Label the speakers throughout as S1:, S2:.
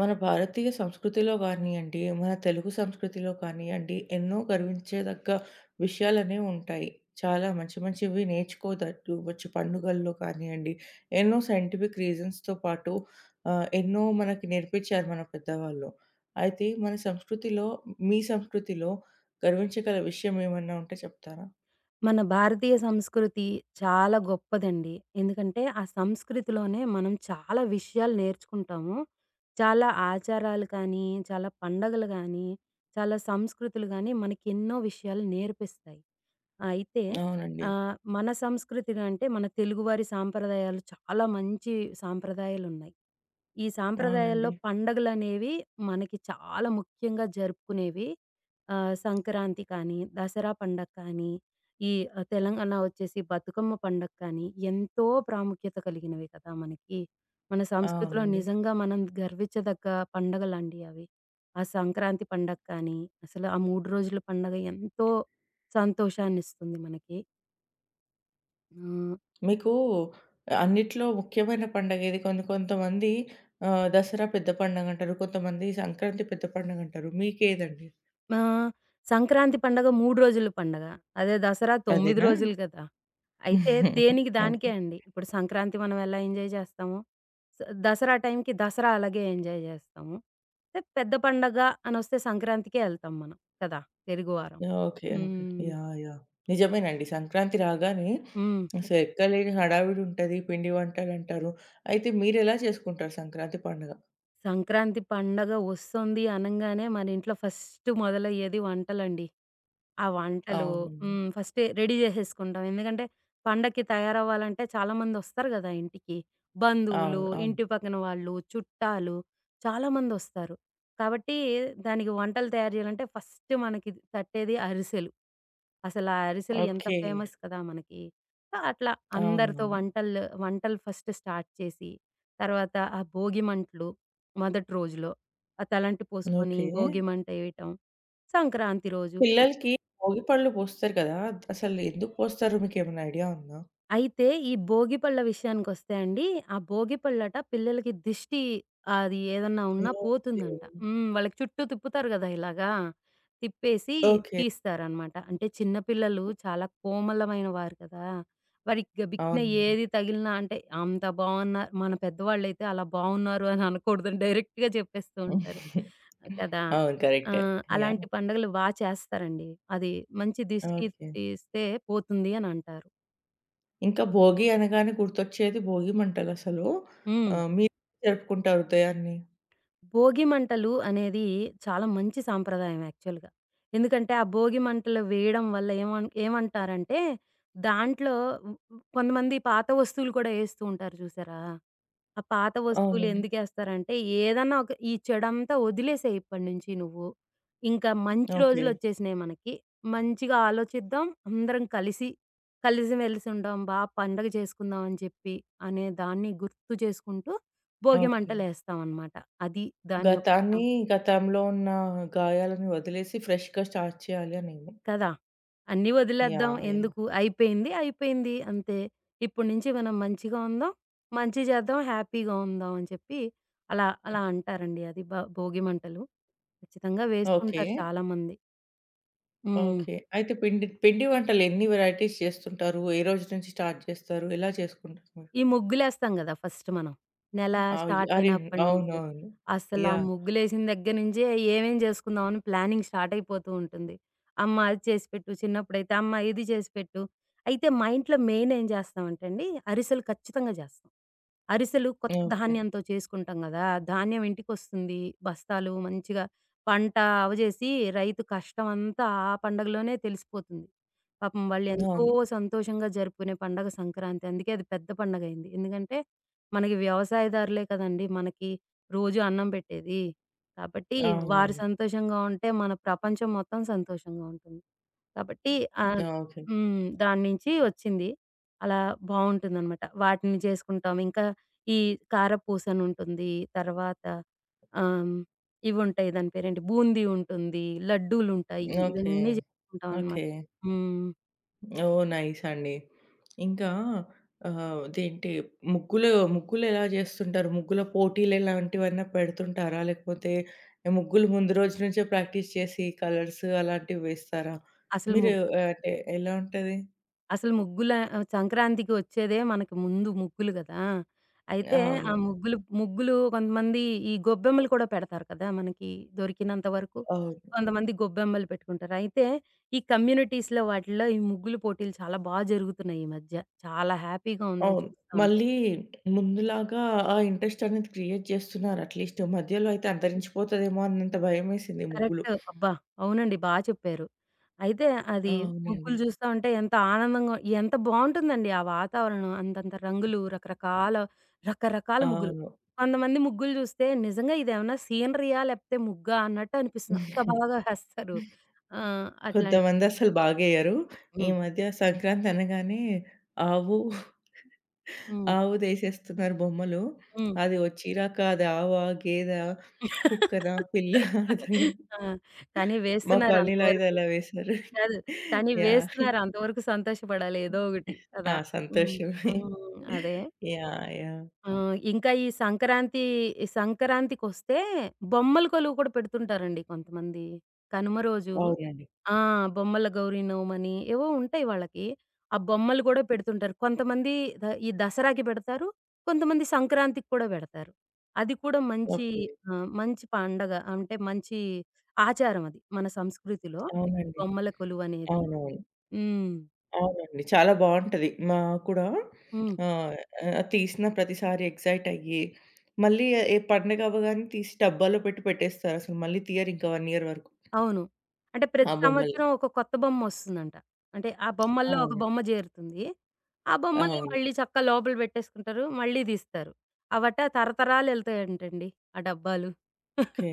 S1: మన భారతీయ సంస్కృతిలో కానియండి, మన తెలుగు సంస్కృతిలో కానియండి, ఎన్నో గర్వించేదగ్గ విషయాలనేవి ఉంటాయి. చాలా మంచి మంచివి నేర్చుకోదట్టు వచ్చు పండుగల్లో కానియండి, ఎన్నో సైంటిఫిక్ రీజన్స్‌తో పాటు ఎన్నో మనకి నేర్పించారు మన పెద్దవాళ్ళు. అయితే మన సంస్కృతిలో మీ సంస్కృతిలో గర్వించగల విషయం ఏమన్నా ఉంటే చెప్తారా?
S2: మన భారతీయ సంస్కృతి చాలా గొప్పదండి. ఎందుకంటే, ఆ సంస్కృతిలోనే మనం చాలా విషయాలు నేర్చుకుంటాము. చాలా ఆచారాలు కానీ, చాలా పండగలు గానీ, చాలా సంస్కృతులు గానీ, మనకెన్నో విషయాలు నేర్పిస్తాయి. అయితే
S1: అవునండి.
S2: మన సంస్కృతి అంటే, మన తెలుగువారి సాంప్రదాయాలు చాలా మంచి సాంప్రదాయాలున్నాయి. ఈ సాంప్రదాయాల్లో
S1: అవునండి.
S2: పండగలనేవి మనకి చాలా ముఖ్యంగా జరుపుకునేవి. సంక్రాంతి కానీ, దసరా పండగ కానీ, ఈ తెలంగాణ వచ్చేసి బతుకమ్మ పండగ కానీ, ఎంతో ప్రాముఖ్యత కలిగినవి కదా! మనకి. మన సంస్కృతిలో
S1: అవునండి.
S2: నిజంగా మనం గర్వించదగ్గ పండగలండి అవి. ఆ సంక్రాంతి పండగ కానీ, అసలు ఆ 3 రోజుల పండగ ఎంతో సంతోషాన్నిస్తుంది మనకి. హ్మ్.
S1: మీకు అన్నిట్లో ముఖ్యమైన పండగ ఏది? కొంతమంది దసరా పెద్ద పండగంటారు. కొంతమంది సంక్రాంతి పెద్ద పండగంటారు. మీకేదండి?
S2: ఆ! సంక్రాంతి పండగ 3 రోజుల పండగ. అదే దసరా 9
S1: అదేనా?
S2: రోజులు కదా! అయితే దేనికి దానికే
S1: ఓకే.
S2: అండి. ఇప్పుడు సంక్రాంతి మనం ఎలా ఎంజాయ్ చేస్తామో, స దసరా టైంకి దసరా అలాగే ఎంజాయ్ చేస్తాము. అయితే పెద్ద పండగ అనొస్తే సంక్రాంతికే ఎళ్తాం మనం కదా! తెలుగువారం.
S1: ఓకే. ఓకే.
S2: హ్మ్.
S1: యాహ్! యాహ్! నిజమేనండి. సంక్రాంతి రాగానే
S2: హ్మ్.
S1: అసలు ఎక్కలేని హడావిడి ఉంటది. పిండి వంటలంటారు. అయితే మీరెలా చేసుకుంటారు సంక్రాంతి పండుగ?
S2: సంక్రాంతి పండగ వస్తుంది అనంగానే మన ఇంట్లో ఫస్ట్ మొదలయ్యేది వంటలండి. ఆ వంటలు
S1: అవునండి.
S2: హ్మ్. ఫస్టే రెడీ జేసేసుకుంటాం. ఎందుకంటే, పండక్కి తయారవ్వాలంటే చాలామందొస్తారు గదా! ఇంటికి. బంధువులు,
S1: అవును. అవును.
S2: ఇంటి పక్కన వాళ్ళు, చుట్టాలు చాలామందొస్తారు. కాబట్టి, దానికి వంటలు తయారు జేయాలంటే ఫస్ట్ మనకి తట్టేది అరిసెలు. అసల ఆ అరిసెలు ఎంత
S1: ఓకే.
S2: ఫేమస్ కదా మనకి. సో, అట్లా అందరితో
S1: అవునవును.
S2: వంటలు వంటలు ఫస్ట్ స్టార్ట్ చేసి, తర్వాత ఆ భోగిమంటలు మొదటి రోజులో. ఆ తలంటి పోసుకొని
S1: ఓకే.
S2: భోగిమంట ఏయటం. సంక్రాంతి రోజు.
S1: పిల్లలకి భోగి పళ్ళు పోస్తారు కదా! అసలు ఎందుకు పోస్తారు మీకేమైనా ఐడియా ఉందా?
S2: అయితే ఈ భోగి పళ్ళ విషయానికొస్తే అండి, ఆ భోగి పళ్ళట పిల్లలకి దిష్టి అది ఏదన్నా ఉన్నా
S1: ఓకే.
S2: పోతుందంట. హ్మ్. వాళ్ళకి చుట్టూ తిప్పుతారు గదా! ఇలాగా. తిప్పేసి
S1: ఓకే.
S2: తీస్తారనమాట. అంటే చిన్న పిల్లలు చాలా కోమలమైన వారు కదా! వారికి గబిక్కిన
S1: అవునండి.
S2: ఏది తగిలినా అంటే అంత బావున్నారు మన పెద్దవాళ్ళైతే అలా బావున్నారు అని అనకూడదని డైరెక్ట్‌గా చెప్పేస్తూ ఉంటారు. కదా!
S1: అవును.
S2: ఆ!
S1: కరెక్టే. యాహ్!
S2: అలాంటి పండుగలు బా చేస్తారండి. అది మంచి దిష్టి
S1: ఓకే.
S2: తీస్తే పోతుంది అని అంటారు.
S1: ఇంకా భోగి అనగానే గుర్తొచ్చేది భోగి మంటలసలు.
S2: హ్మ్.
S1: మీరు జరుపుకుంటారు ఉదయాన్ని?
S2: భోగి మంటలు అనేది చాలా మంచి సాంప్రదాయం యాక్చువల్‌గా. ఎందుకంటే, ఆ భోగి మంటలు వేయడం వల్ల ఏమంటారంటే, దాంట్లో హ్మ్, హ్మ్, కొంతమంది పాత వస్తువులు కూడా ఏస్తూ ఉంటారు చూసారా? ఆ పాత వస్తువులు
S1: అవునండి.
S2: ఎందుకేస్తారంటే, ఏదన్నా ఒక ఈ చెడంతా వదిలేసేయి ఇప్పటినుంచి నువ్వు. ఇంకా మంచి
S1: ఓకే.
S2: రోజులొచ్చేసినాయి మనకి. మంచిగా ఆలోచిద్దాం. అందరం కలిసి, కలిసిమెలిసి ఉందాం. బా పండగ చేసుకుందాం అని చెప్పి, అనే దాన్ని గుర్తు చేసుకుంటూ భోగి
S1: ఓకే.
S2: మంటలేస్తామనమాట. అది దాని యొక్క ప్ర
S1: గతాన్ని గతంలో ఉన్న గాయాలను వదిలేసి ఫ్రెష్‌గా స్టార్ట్ చేయాలి అనేమో.
S2: కదా! అన్నీ వదిలేద్దాం
S1: యాహ్! యాహ్!
S2: ఎందుకు? అయిపోయింది. అయిపోయింది అంతే. ఇప్పటి నుంచి మనం మంచిగా ఉందాం. మంచి చేద్దాం. హ్యాపీగా ఉందాం అని చెప్పి అలా అలా అంటారండి. అది భోగిమంటలు. ఖచ్చితంగా
S1: ఓకే.
S2: వేసుకుంటారు చాలామంది. హ్మ్.
S1: ఓకే. అయితే పిండి పిండి వంటలు ఎన్ని వెరైటీస్ చేస్తుంటారు? ఏ రోజు నుంచి స్టార్ట్ చేస్తారు? ఎలా చేసుకుంటారు మీరు?
S2: ఈ ముగ్గులేస్తాం గదా! ఫస్ట్ మనం. నెల స్టార్ట్
S1: అరే!
S2: అయినప్పటి నుంచి.
S1: అవునవును.
S2: అసలా
S1: యాహ్!
S2: ముగ్గులేసిన దగ్గర నుంచే ఏమేం చేసుకుందాం అని ప్లానింగ్ స్టార్ట్ అయిపోతూ ఉంటుంది. అమ్మ అది చేసి పెట్టు, చిన్నప్పుడైతే అమ్మ ఇది చేసి పెట్టు. అయితే మా ఇంట్లో మెయిన్ ఏం చేస్తామంటే అండి అరిసెలు ఖచ్చితంగా చేస్తాం. అరిసెలు కొత్త
S1: ఓకే.
S2: ధాన్యంతో చేసుకుంటాం గదా! ధాన్యం ఇంటికొస్తుంది. బస్తాలు మంచిగా పంట అవజేసి రైతు కష్టమంతా ఆ పండగలోనే తెలిసిపోతుంది. పాపం వాళ్ళు ఎంతో
S1: అవును.
S2: సంతోషంగా జరుపుకునే పండగ సంక్రాంతి. అందుకే అది పెద్ద పండగయింది. ఎందుకంటే మనకి వ్యవసాయదారులే కదండీ! మనకి రోజు అన్నం పెట్టేది. కాబట్టి వారు
S1: అవునండి.
S2: సంతోషంగా ఉంటే మన ప్రపంచం మొత్తం సంతోషంగా ఉంటుంది. కాబట్టి ఆహ్,
S1: ఓకే.
S2: హ్మ్. దాన్నించి ఒచ్చింది. అలా బావుంటుందనమాట. వాటిని చేసుకుంటాం. ఇంకా ఈ కారపూసనుంటుంది. తర్వాత ఆహ్, ఇవుంటాయి దాని పేరేంటి బూందీ ఉంటుంది. లడ్డూలుంటాయి.
S1: ఓకే.
S2: ఇవన్నీ జేసుకుంటామనమాట.
S1: ఓకే.
S2: హ్మ్.
S1: ఓహ్! నైస్ అండి. ఇంకా ఆహ్, అదేంటి ముగ్గులు, ముగ్గులు ఎలా చేస్తుంటారు? ముగ్గుల పోటీలు ఇలాంటివన్నా పెడుతుంటారా? లేకపోతే ముగ్గులు ముందు రోజు నుంచే ప్రాక్టీస్ చేసి కలర్స్ అలాంటివి వేస్తారా?
S2: అసలు
S1: మీరు
S2: ముగ్
S1: ఆ, అంటే ఎలా ఉంటది?
S2: అసలు ముగ్గుల సంక్రాంతికి వచ్చేదే మనకి ముందు ముగ్గులు గదా! అయితే ఆ
S1: అవును.
S2: ముగ్గులు ముగ్గులు కొంతమంది ఈ గొబ్బెమ్మలు కూడా పెడతారు కదా! మనకి దొరికినంత వరకు.
S1: అవును.
S2: కొంతమంది గొబ్బెమ్మలు పెట్టుకుంటారు. అయితే ఈ కమ్యూనిటీస్‌లో వాటిల్లో ఈ ముగ్గులు పోటీలు చాలా బా జరుగుతున్నాయి ఈ మధ్య. చాలా హ్యాపీగా ఉందో
S1: అవును.
S2: చూస్తా ఉంటే.
S1: మళ్ళీ ముందులాగా ఆ ఇంట్రెస్ట్ అనేది క్రియేట్ చేస్తున్నారు. అట్‌లీస్ట్ మధ్యలో అయితే అంతరించిపోతదేమో అన్నంత భయమేసింది ముగ్గులు.
S2: కరెక్ట్. అబ్బా! అవునండి. బా చెప్పారు. అయితే అది
S1: అవునండి.
S2: ముగ్గులు చూస్తా ఉంటే ఎంత ఆనందంగా ఎంత బావుంటుందండి ఆ వాతావరణం. అంతంత రంగులు, రకరకాల రకరకాల ముగ్గులు.
S1: అవును.
S2: కొంతమంది ముగ్గులు చూస్తే నిజంగా ఇదేమన్నా సీనరీయా? లేపోతే ముగ్గా? అన్నట్టు అనిపిస్తుంది. అంత బాగా వేస్తారు. ఆ! అట్లాంటి
S1: కొంతమంది అసలు బాగెయ్యరు. ఈ
S2: హ్మ్.
S1: మధ్య సంక్రాంతి అనగానే ఆవు,
S2: హ్మ్.
S1: ఆవుదేసేస్తున్నారు బొమ్మలు.
S2: హ్మ్.
S1: అది వచ్చిరాక అది ఆవా? గేదా? కుక్కనా? పిల్లా? అర్థం కాదు.
S2: ఆ! కానీ
S1: మా
S2: వేస్తున్నారు
S1: కాలనీలో అయితే
S2: అంతవరకు.
S1: అలా వేశారు.
S2: కాదు. కానీ
S1: యాహ్!
S2: వేస్తున్నారు అంతవరకు సంతోషపడాలి ఏదో ఒకటి
S1: ఆ!
S2: కదా! హ్మ్.
S1: సంతోషమే.
S2: హ్మ్. అదే.
S1: యాహ్! యాహ్!
S2: ఆ! ఇంకా ఈ సంక్రాంతి, ఈ సంక్రాంతికొస్తే బొమ్మల కొలువు కూడా పెడుతుంటారండి కొంతమంది. కనుమ రోజు
S1: అవునండి.
S2: ఆ! బొమ్మల గౌరీనవమని ఏవో ఉంటాయి వాళ్ళకి. ఆ బొమ్మలు గూడా పెడుతుంటారు. కొంతమంది ఈ దసరాకి పెడతారు. కొంతమంది సంక్రాంతికి కూడా పెడతారు. అది కూడా మంచి
S1: ఓకే.
S2: ఆ! మంచి పండగ. అంటే మంచి ఆచారం అది మన సంస్కృతిలో ఈ
S1: అవునండి.
S2: బొమ్మల కొలువనేది.
S1: అవునవును.
S2: హ్మ్.
S1: అవునండి. చాలా బావుంటది. మా కూడా
S2: హ్మ్.
S1: ఆహ్, ఆహ్, తీసిన ప్రతిసారి ఎక్సైట్ అయ్యి, మళ్ళీ ఏ పండగ అవ్వగానే తీసి డబ్బాలో పెట్టి పెట్టేస్తారు. అసలు మళ్ళీ తీయరు ఇంకా 1 ఇయర్ వరకు.
S2: అవును. అంటే
S1: ఆ
S2: ప్రతి
S1: బొమ్మల్ని.
S2: సంవత్సరం ఒక కొత్త బొమ్మొస్తుందంట. అంటే ఆ బొమ్మల్లో ఒక
S1: అవును.
S2: బొమ్మ జేరుతుంది. ఆ బొమ్మల్ని
S1: అవును.
S2: మళ్ళీ చక్కగా లోపల పెట్టేసుకుంటారు. మళ్ళీ దీస్తారు. అవట తరతరాలెళ్తాయంటండి ఆ డబ్బాలు.
S1: ఓకే.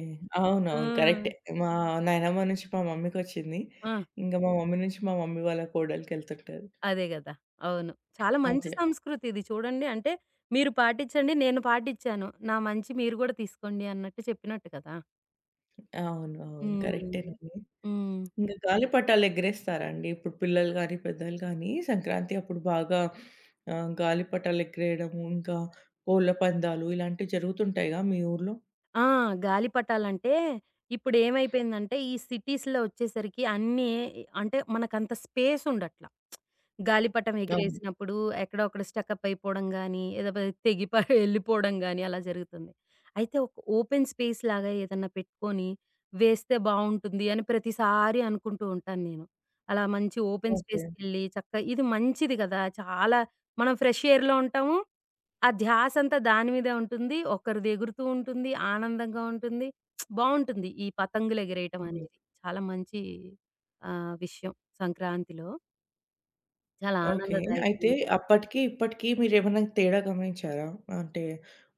S2: ఆ!
S1: అవునవును. కరెక్టే. మా నాయనమ్మ నుంచి మా మమ్మీకొచ్చింది.
S2: ఆ!
S1: ఇంకా మా మమ్మీ నుంచి మా మమ్మీ వాళ్ళ కోడలికెళ్తుంటది.
S2: అదే గదా! అవును. చాలా మంచి
S1: ఓకే.
S2: సంస్కృతి ఇది చూడండి. అంటే మీరు పాటిచ్చండి, నేను పాటిచ్చాను. నా మంచి మీరు గూడా తీసుకోండి అన్నట్టు చెప్పినట్టు కదా!
S1: అవును. అవును.
S2: హ్మ్.
S1: కరెక్టేనండి.
S2: హ్మ్.
S1: ఇంక గాలిపటాలు ఎగరేస్తారండి. ఇప్పుడు పిల్లలు గానీ, పెద్దలు గానీ సంక్రాంతి అప్పుడు బాగా గాలిపటాలు ఎగరేయడము, ఇంకా కోళ్ళ పందాలు ఇలాంటివి జరుగుతుంటాయిగా మీ ఊర్లో?
S2: ఆ! గాలిపటాలంటే ఇప్పుడేమైపోయిందంటే, ఈ సిటీస్‌లో ఒచ్చేసరికి అన్నీ అంటే, మనకంత స్పేసుండట్ల. గాలిపటం
S1: అవును.
S2: ఎగిరేసినప్పుడు ఎక్కడో అక్కడ స్టకప్ అయిపోవడం గానీ, ఏదో ప తెగి ఎళ్ళిపోవడం గానీ అలా జరుగుతుంది. అయితే ఒక ఓపెన్ స్పేస్ లాగా ఏదన్నా పెట్టుకొని వేస్తే బావుంటుంది అని ప్రతిసారి అనుకుంటూ ఉంటాను నేను. అలా మంచి ఓపెన్
S1: ఓకే.
S2: స్పేస్‌కెళ్ళి చక్కగా ఇది మంచిది గదా! చాలా మనం ఫ్రెష్ ఎయిర్‌లో ఉంటాము. ఆ ధ్యాసంతా దాని మీదే ఉంటుంది. ఒకరిది ఎగురుతూ ఉంటుంది. ఆనందంగా ఉంటుంది. బావుంటుంది. ఈ పతంగులు ఎగిరేయటం
S1: అవును.
S2: అనేది. చాలా మంచి విషయం సంక్రాంతిలో. చాలా
S1: ఓకే.
S2: ఆనందదాయకం.
S1: అయితే అప్పటికి, ఇప్పటికి మీరేమన్నా తేడా గమనించారా? అంటే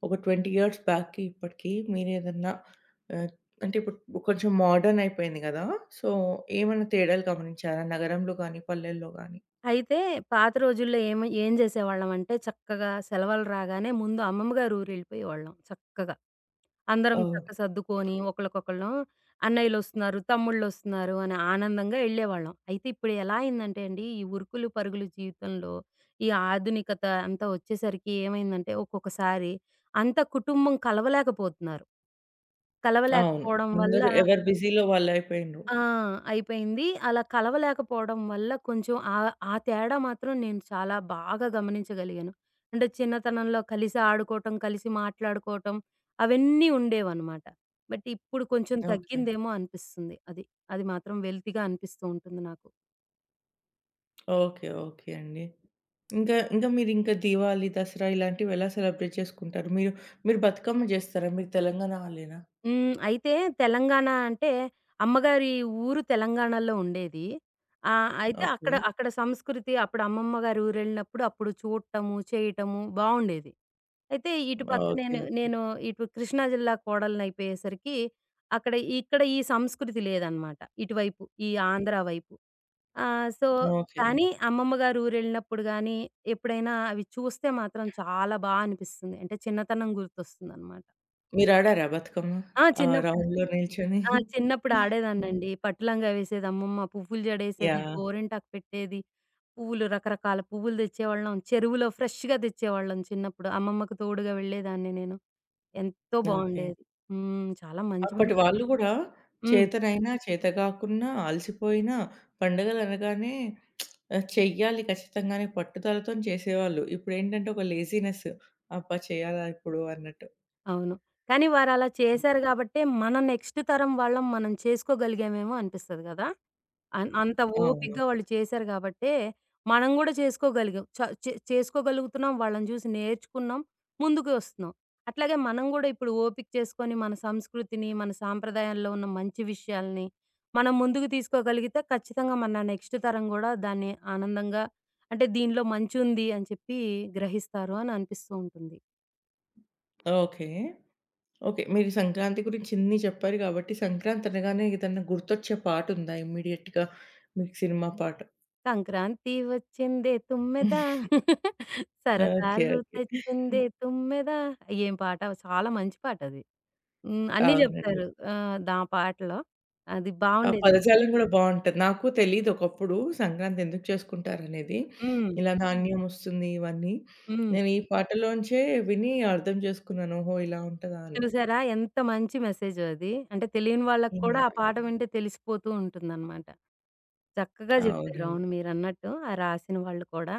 S1: ఒక 20 ఇయర్స్ బ్యాక్‌కి ఇప్పటికి మీరేదన్నా ఆహ్, అంటే ఇప్పుడు కొంచెం మోడర్న్ అయిపోయింది గదా! సో, ఏమన్నా తేడాలు గమనించారా నగరంలో గానీ, పల్లెల్లో గానీ?
S2: అయితే పాత రోజుల్లో ఏం ఏం జేసేవాళ్ళమంటే చక్కగా సెలవులు రాగానే ముందు అమ్మమ్మ గారి ఊరెళ్ళిపోయేవాళ్ళం చక్కగా. అందరం చక్క
S1: అవును.
S2: సర్దుకొని ఒకళ్ళకొకళ్ళం అన్నయ్యలొస్తున్నారు, తమ్ముళ్ళొస్తున్నారు అని ఆనందంగా ఎళ్ళేవాళ్ళం. అయితే ఇప్పుడు ఎలా అయిందంటే అండి ఈ ఉరుకులు పరుగులు జీవితంలో ఈ ఆధునికత అంతా వచ్చేసరికి ఏమైందంటే ఒక్కొక్కసారి అంత కుటుంబం కలవలేకపోతున్నారు.
S1: అవును.
S2: కలవలేకపోవడం వల్ల
S1: అందరూ ఎవరు బిజీలో వాళ్ళయిపోయిండ్రు.
S2: ఆ! అయిపోయింది. అలా కలవలేకపోవడం వల్ల కొంచెం ఆ తేడా మాత్రం నేను చాలా బాగా గమనించగలిగాను. అంటే చిన్నతనంలో కలిసి ఆడుకోవటం, కలిసి మాట్లాడుకోవటం అవన్నీ ఉండేవన్నమాట. బట్ ఇప్పుడు కొంచెం
S1: ఓకే.
S2: తగ్గిందేమో అనిపిస్తుంది. అది. అది మాత్రం వెల్తీగా అనిపిస్తూ ఉంటుంది నాకు.
S1: ఓకే. ఓకే అండి. ఇంకా, ఇంకా మీరింకా దీవాళి, దసరా ఇలాంటివి ఎలా సెలబ్రేట్ చేసుకుంటారు? మీరు, మీరు బతుకమ్మ జేస్తారా? మీరు తెలంగాణ వాళ్ళేనా?
S2: హ్మ్. అయితే తెలంగాణ అంటే, అమ్మగారి ఊరు తెలంగాణలో ఉండేది. అయితే అక్కడ
S1: ఓకే.
S2: అక్కడ సంస్కృతి అప్పుడు అమ్మమ్మ గారి ఊరెళ్ళినప్పుడు అప్పుడు చూడటము, చేయటము బావుండేది. అయితే ఇటు పక్క
S1: ఓకే.
S2: నేను,
S1: ఓకే.
S2: నేను ఇటు కృష్ణా జిల్లా కోడలినయిపోయేసరికి అక్కడ ఇక్కడ ఈ సంస్కృతి లేదనమాట. ఇటువైపు ఈ ఆంధ్ర వైపు. ఆహ్, సో,
S1: ఓకే.
S2: కానీ అమ్మమ్మ గారి ఊరెళ్ళినప్పుడు గానీ, ఎప్పుడైనా అవి చూస్తే మాత్రం చాలా బా అనిపిస్తుంది. అంటే చిన్నతనం గుర్తొస్తుందనమాట.
S1: మీరాడారా బతుకమ్మ?
S2: ఆ!
S1: ఆ
S2: చిన్నప్పుడు.
S1: రౌండ్‌లో నిల్చొని?
S2: ఆ! చిన్నప్పుడు ఆడేదాన్నండి. పట్టులంగా వేసేది అమ్మమ్మ, పువ్వులు జడేసేది,
S1: యాహ్!
S2: గోరింటాకు పెట్టేది. పువ్వులు రకరకాల పువ్వులు తెచ్చేవాళ్ళం. చెరువులో ఫ్రెష్‌గా తెచ్చేవాళ్ళం చిన్నప్పుడు. అమ్మమ్మకు తోడుగా వెళ్ళేదాన్ని నేను. ఎంతో
S1: ఓకే.
S2: బావుండేది. హ్మ్. చాలా మంచి
S1: అప్పటి
S2: మంచి
S1: వాళ్ళు గూడా
S2: హ్మ్.
S1: చేతనైనా, చేత గాకున్నా, అలసిపోయినా పండుగలనగానే చెయ్యాలి ఖచ్చితంగా అనే పట్టుదలతోని చేసేవాళ్ళు. ఇప్పుడేంటంటే ఒక లేజీనెస్. అబ్బా! చేయాలా ఇప్పుడు అన్నట్టు.
S2: అవును. కానీ వారలా చేశారు గాబట్టే, మన నెక్స్ట్ తరం వాళ్ళం మనం చేసుకోగలిగామేమో అనిపిస్తది గదా! అంత
S1: అవును.
S2: ఓపికగా వాళ్ళు చేశారు గాబట్టే, మనం గూడా చేసుకోగలిగాం. చ చే చేసుకోగలుగుతున్నాం, వాళ్ళని చూసి నేర్చుకున్నాం, ముందుకు వస్తున్నాం. అట్లాగే మనం గూడా ఇప్పుడు ఓపిక చేసుకొని, మన సంస్కృతిని, మన సాంప్రదాయాల్లో ఉన్న మంచి విషయాల్ని, మనం ముందుకు తీసుకోగలిగితే ఖచ్చితంగా మన నెక్స్ట్ తరం గూడా దాన్ని ఆనందంగా అంటే దీనిలో మంచుంది అని చెప్పి గ్రహిస్తారు అని అనిపిస్తూ ఉంటుంది.
S1: ఓకే. ఓకే. మీరు సంక్రాంతి గురించి ఇన్ని చెప్పారు కాబట్టి, సంక్రాంతి అనగానే ఏదన్నా గుర్తొచ్చే పాటుందా ఇమ్మీడియేట్‌గా? మీకు సినిమా పాట?
S2: సంక్రాంతి వచ్చిందే తుమ్మెద,
S1: ఓకే.
S2: సరదాలు
S1: ఓకే.
S2: తెచ్చిందే తుమ్మెద. ఏం పాట! చాలా మంచి పాటది. హ్మ్. అన్నీ
S1: అవునండి.
S2: జెప్తారు. దా పాటలో. అది
S1: ఆ
S2: బావుండేది.
S1: పదజాలం గూడా బావుంటది. నాకు తెలీదు ఒకప్పుడు సంక్రాంతి ఎందుకు చేసుకుంటారనేది.
S2: హ్మ్.
S1: ఇలా నాణ్యం ఒస్తుంది ఇవన్నీ.
S2: హ్మ్.
S1: నేను ఈ పాటలోంచే విని అర్థం చేసుకున్నాను. ఓహో! ఇలా ఉంటదా అని.
S2: చూసారా? ఎంత మంచి మెసేజో అది. అంటే తెలియని వాళ్ళకి కూడా ఆ
S1: యాహ్!
S2: పాట వింటే తెలిసిపోతూ ఉంటుందనమాట. చక్కగా జెప్పారు.
S1: అవునండి.
S2: అవును మీరన్నట్టు. ఆ రాసిన వాళ్ళు కూడా.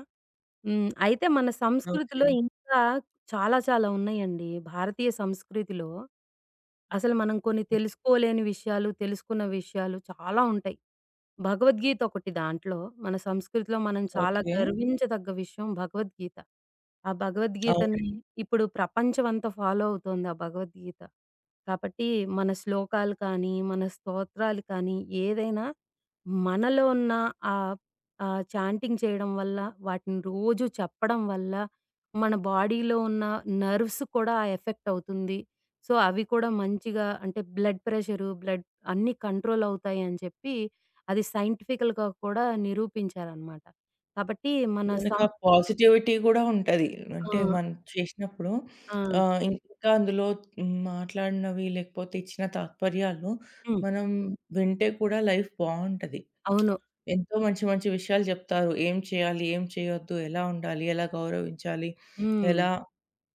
S2: హ్మ్. అయితే మన సంస్కృతిలో
S1: ఓకే.
S2: ఇంకా చాలా చాలా ఉన్నాయండి. భారతీయ సంస్కృతిలో అసలు మనం కొన్ని తెలుసుకోలేని విషయాలు, తెలుసుకున్న విషయాలు చాలా ఉంటాయి. భగవద్గీత ఒకటి దాంట్లో. మన సంస్కృతిలో మనం చాలా
S1: ఓకే.
S2: గర్వించదగ్గ విషయం భగవద్గీత. ఆ
S1: అవును.
S2: భగవద్గీతని ఇప్పుడు ప్రపంచమంతా ఫాలో అవుతోంది ఆ భగవద్గీత. కాబట్టి మన శ్లోకాలు కానీ, మన స్తోత్రాలు కానీ ఏదైనా మనలో ఉన్న ఆ చాంటింగ్ చేయడం వల్ల, వాటిని రోజు చెప్పడం వల్ల, మన బాడీలో ఉన్న నర్వ్స్ కూడా ఎఫెక్ట్ అవుతుంది. సో, అవి కూడా మంచిగా అంటే బ్లడ్ ప్రెషరు, బ్లడ్ అన్నీ కంట్రోల్ అవుతాయి అని చెప్పి, అది సైంటిఫికల్‌గా కూడా నిరూపించారనమాట. కాబట్టి మన సం
S1: మనకా పాజిటివిటీ గూడా ఉంటది.
S2: ఆ!
S1: అంటే మనం చేసినప్పుడు
S2: ఆ!
S1: ఇంకా అందులో మాట్లాడినవి లేకపోతే ఇచ్చిన తాత్పర్యాలు
S2: హ్మ్.
S1: మనం వింటే కూడా లైఫ్ బావుంటది.
S2: అవును.
S1: ఎంతో మంచి మంచి విషయాలు జెప్తారు. ఏం చేయాలి? ఏం చేయొద్దు? ఎలా ఉండాలి? ఎలా గౌరవించాలి?
S2: హ్మ్.
S1: ఎలా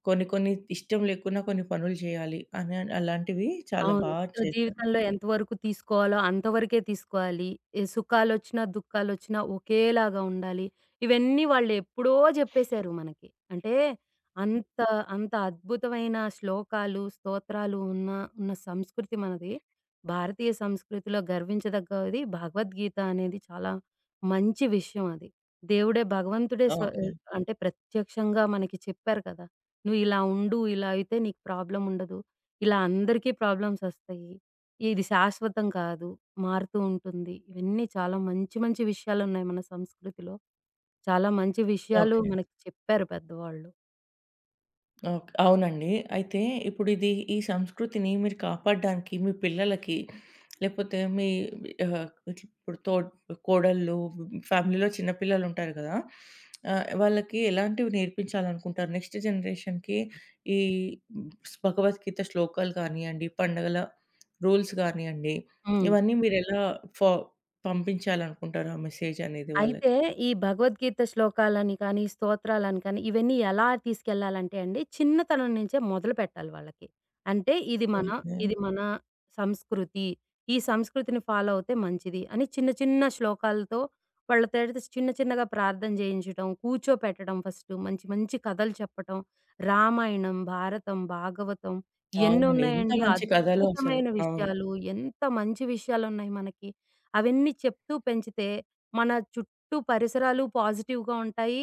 S1: కొన్ని కొన్ని ఇష్టం లేకున్నా కొన్ని పనులు చేయాలి అని అలాంటివి చాలా
S2: అవును.
S1: బా
S2: సో,
S1: చేశారు.
S2: జీవితంలో ఎంతవరకు తీసుకోవాలో అంతవరకే తీసుకోవాలి. ఈ సుఖాలొచ్చినా, దుఃఖాలొచ్చినా ఒకేలాగా ఉండాలి. ఇవన్నీ వాళ్ళెప్పుడో జెప్పేశారు మనకి. అంటే అంత, అంత అద్భుతమైన శ్లోకాలు, స్తోత్రాలు ఉన్న సంస్కృతి మనది. భారతీయ సంస్కృతిలో గర్వించదగ్గది భగవద్గీత అనేది చాలా మంచి విషయం అది. దేవుడే భగవంతుడే స్వ
S1: ఓకే.
S2: అంటే ప్రత్యక్షంగా మనకి చెప్పారు కదా! "నువ్వు ఇలా ఉండు. ఇలా అయితే నీకు ప్రాబ్లమ్ ఉండదు." ఇలా అందరికీ ప్రాబ్లమ్సొస్తాయి. ఇది శాశ్వతం కాదు. మారుతూ ఉంటుంది. ఇవన్నీ చాలా మంచి మంచి విషయాలున్నాయి మన సంస్కృతిలో. చాలా మంచి విషయాలు
S1: ఓకే.
S2: మనకి చెప్పారు పెద్దవాళ్ళు.
S1: ఓక్ అవునండి. అయితే ఇప్పుడిది ఈ సంస్కృతిని మీరు కాపాడడానికి మీ పిల్లలకి లేపోతే మీ ఆహ్, ఇప్పుడు కోడళ్ళు, ఫ్యామిలీలో చిన్న పిల్లలుంటారు గదా! వాళ్ళకి ఎలాంటివి నేర్పించాలనుకుంటారు? నెక్స్ట్ జనరేషన్‌కి ఈ భగవద్గీత శ్లోకాలు కానియ్యండి, పండగల రూల్స్ గానియ్యండి,
S2: హ్మ్.
S1: ఇవన్నీ మీరెలా ఫా పంపించాలనుకుంటారు? ఆ మెసేజనేది
S2: అయితే
S1: వాళ్ళకి?
S2: ఈ భగవద్గీత శ్లోకాలని కానీ, స్తోత్రాలని కానీ, ఇవన్నీ ఎలా తీసుకెళ్ళాలంటే అండి, చిన్నతనం నుంచే మొదలుపెట్టాలి వాళ్ళకి. అంటే
S1: ఓకే.
S2: ఇది మన సంస్కృతి. ఈ సంస్కృతిని ఫాలో అవుతే మంచిది అని చిన్న చిన్న శ్లోకాలతో వాళ్ళతోటి చిన్న చిన్నగా ప్రార్థన చేయించటం, కూర్చోపెట్టడం ఫస్ట్. మంచి మంచి కథలు చెప్పటం. రామాయణం, భారతం, భాగవతం ఎన్ని
S1: అవునండి. ఎంత
S2: ఉన్నాయండి.
S1: మంచి కథలో అసలు.
S2: అద్భుతమైన
S1: అవును.
S2: విషయాలు. ఎంత మంచి విషయాలున్నాయి మనకి. అవన్నీ చెప్తూ పెంచితే మన చుట్టూ చుట్టూ పరిసరాలు పాజిటివ్‌గా ఉంటాయి.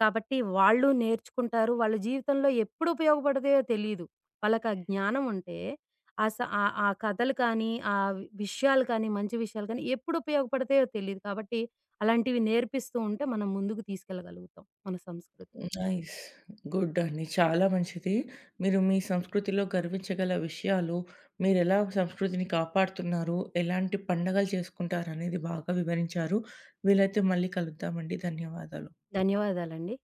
S2: కాబట్టి వాళ్ళు నేర్చుకుంటారు. వాళ్ళ జీవితంలో ఎప్పుడు ఉపయోగపడతాయో తెలీదు. వాళ్ళకి ఆ జ్ఞానం ఉంటే, ఆ స ఆ ఆ కథలు కానీ, విషయాలు కానీ, మంచి విషయాలు కానీ ఎప్పుడు ఉపయోగపడతాయో తెలీదు. కాబట్టి అలాంటివి నేర్పిస్తూ ఉంటే మనం ముందుకు తీసుకెళ్ళగలుగుతాం మన సంస్కృతిని.
S1: నైస్. గుడ్ అండి. చాలా మంచిది. మీరు మీ సంస్కృతిలో గర్వించగల విషయాలు, మీరెలా సంస్కృతిని కాపాడుతున్నారు, ఎలాంటి పండగలు చేసుకుంటారనేది బాగా వివరించారు. వీలైతే మళ్ళీ కలుద్దామండి. ధన్యవాదాలు.
S2: ధన్యవాదాలండి.